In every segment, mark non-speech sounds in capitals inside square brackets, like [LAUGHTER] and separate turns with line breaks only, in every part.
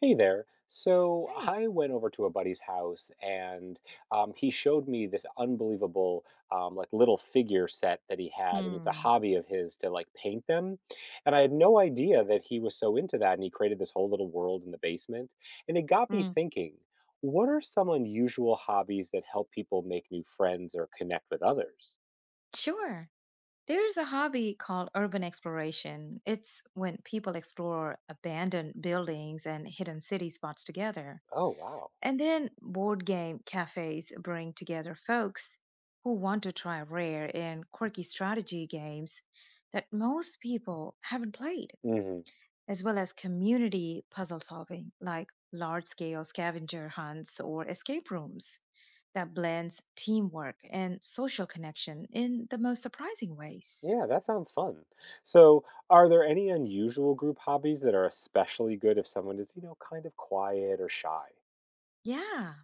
Hey there. So
Hey.
I went over to a buddy's house and he showed me this unbelievable little figure set that he had, and it's a
Hmm.
hobby of his to like paint them. And I had no idea that he was so into that, and he created this whole little world in the basement. And it got me
Mm.
thinking, what are some unusual hobbies that help people make new friends or connect with others?
Sure. There's a hobby called urban exploration. It's when people explore abandoned buildings and hidden city spots together.
Oh wow.
And then board game cafes bring together folks who want to try rare and quirky strategy games that most people haven't played,
Mm-hmm.
as well as community puzzle solving, like large scale scavenger hunts or escape rooms that blends teamwork and social connection in the most surprising ways.
Yeah, that sounds fun. So, are there any unusual group hobbies that are especially good if someone is, kind of quiet or shy?
Yeah.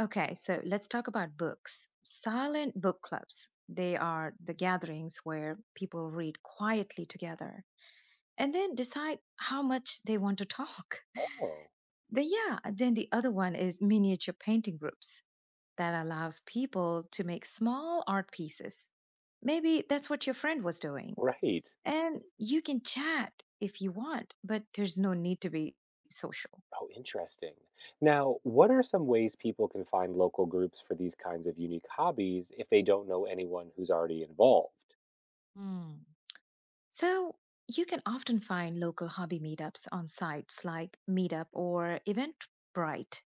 Okay, so let's talk about books. Silent book clubs. They are the gatherings where people read quietly together and then decide how much they want to talk. [LAUGHS]
Oh,
But yeah, then the other one is miniature painting groups that allows people to make small art pieces. Maybe that's what your friend was doing.
right.
And you can chat if you want, but there's no need to be social.
Oh, interesting. Now, what are some ways people can find local groups for these kinds of unique hobbies if they don't know anyone who's already involved?
Hmm. So you can often find local hobby meetups on sites like Meetup or Eventbrite.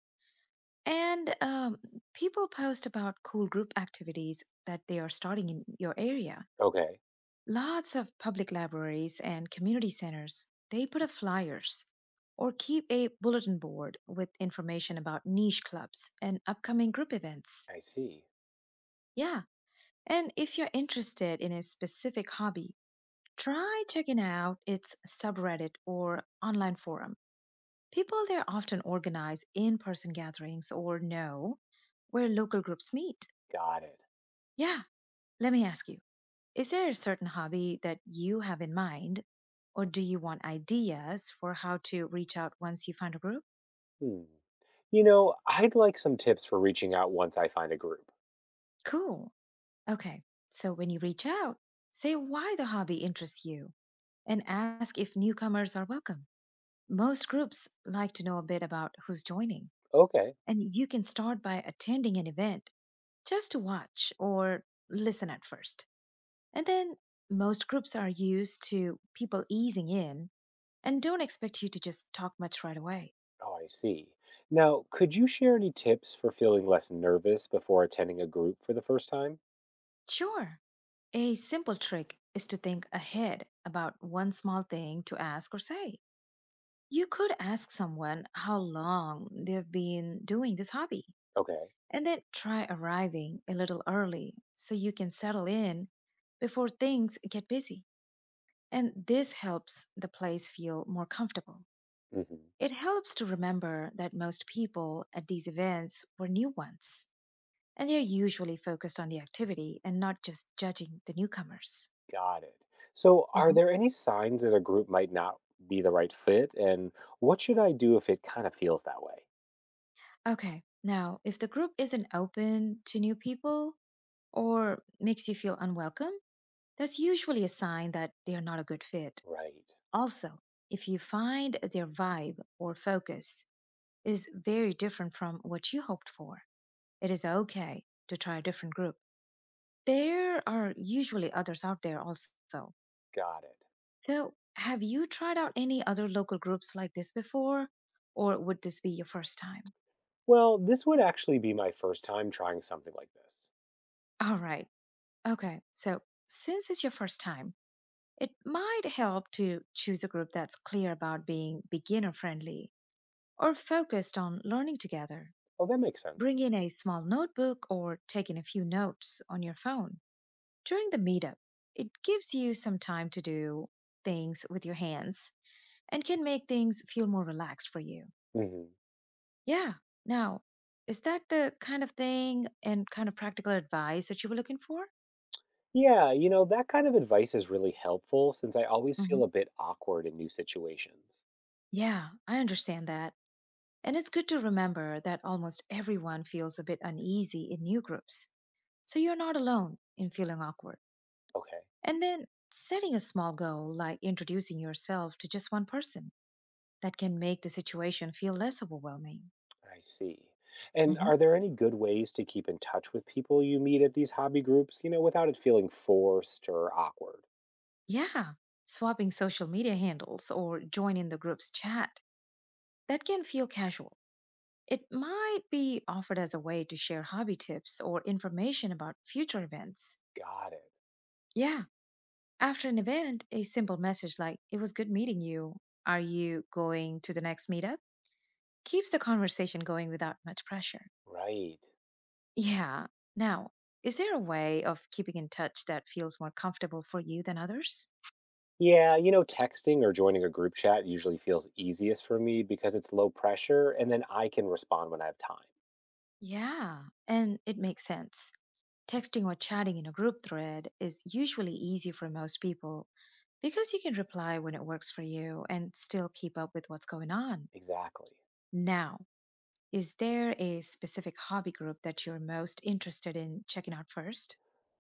And people post about cool group activities that they are starting in your area.
Okay,
Lots of public libraries and community centers, they put up flyers or keep a bulletin board with information about niche clubs and upcoming group events.
I see.
Yeah, and if you're interested in a specific hobby, try checking out its subreddit or online forum. People there often organize in person gatherings or know where local groups meet.
Got it.
Yeah, let me ask you. Is there a certain hobby that you have in mind, or do you want ideas for how to reach out once you find a group?
Hmm. You know, I'd like some tips for reaching out once I find a group.
Cool. Okay. So when you reach out, say why the hobby interests you and ask if newcomers are welcome. Most groups like to know a bit about who's joining,
Okay.
and you can start by attending an event just to watch or listen at first. And then most groups are used to people easing in and don't expect you to just talk much right away.
Oh, I see. Now, could you share any tips for feeling less nervous before attending a group for the first time?
Sure. A simple trick is to think ahead about one small thing to ask or say. You could ask someone how long they've been doing this hobby,
Okay.
and then try arriving a little early so you can settle in before things get busy. And this helps the place feel more comfortable.
Hmm.
It helps to remember that most people at these events were new ones, and they're usually focused on the activity and not just judging the newcomers.
Got it. So, are
Mhm.
there any signs that a group might not be the right fit? And what should I do if it kind of feels that way?
Okay. Now, if the group isn't open to new people or makes you feel unwelcome, that's usually a sign that they are not a good fit.
Right.
Also, if you find their vibe or focus is very different from what you hoped for, it is okay to try a different group. There are usually others out there also.
Got it.
So, have you tried out any other local groups like this before, or would this be your first time?
Well, this would actually be my first time trying something like this.
All right. Okay. So, since it's your first time, it might help to choose a group that's clear about being beginner friendly or focused on learning together.
Oh, that makes sense.
Bring in a small notebook or take in a few notes on your phone during the meetup. It gives you some time to do things with your hands and can make things feel more relaxed for you.
Hmm.
Yeah. Now, is that the kind of thing and kind of practical advice that you were looking for?
Yeah, you know, that kind of advice is really helpful since I always feel
Hmm.
a bit awkward in new situations.
Yeah, I understand that. And it's good to remember that almost everyone feels a bit uneasy in new groups. So you're not alone in feeling awkward.
Okay.
And then setting a small goal, like introducing yourself to just one person, that can make the situation feel less overwhelming.
I see. And
Hmm.
are there any good ways to keep in touch with people you meet at these hobby groups, without it feeling forced or awkward?
Yeah. Swapping social media handles or joining the group's chat, that can feel casual. It might be offered as a way to share hobby tips or information about future events.
Got it.
Yeah. After an event, a simple message like, "It was good meeting you. Are you going to the next meetup?" keeps the conversation going without much pressure.
Right.
Yeah. Now, is there a way of keeping in touch that feels more comfortable for you than others?
Yeah, you know, texting or joining a group chat usually feels easiest for me because it's low pressure and then I can respond when I have time.
Yeah. And it makes sense. Texting or chatting in a group thread is usually easy for most people because you can reply when it works for you and still keep up with what's going on.
Exactly.
Now, is there a specific hobby group that you're most interested in checking out first?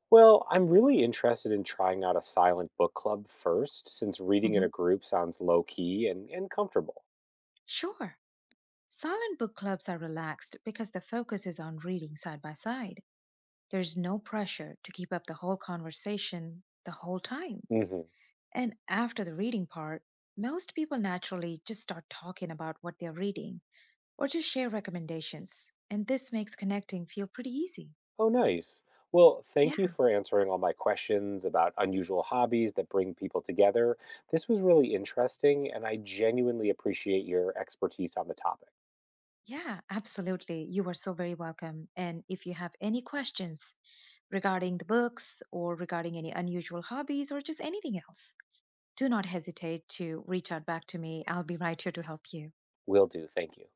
Well, I'm really interested in trying out a silent book club first, since reading in
Hmm.
a group sounds low key and comfortable.
Sure. Silent book clubs are relaxed because the focus is on reading side by side. There's no pressure to keep up the whole conversation the whole time. And after the reading part, most people naturally just start talking about what they're reading or just share recommendations. And this makes connecting feel pretty easy.
Oh, nice. Well, thank
Yeah,
you for answering all my questions about unusual hobbies that bring people together. This was really interesting, and I genuinely appreciate your expertise on the topic.
yeah, absolutely. You are so very welcome. And if you have any questions regarding the books or regarding any unusual hobbies or just anything else, do not hesitate to reach out back to me. I'll be right here to help you.
Will do. Thank you.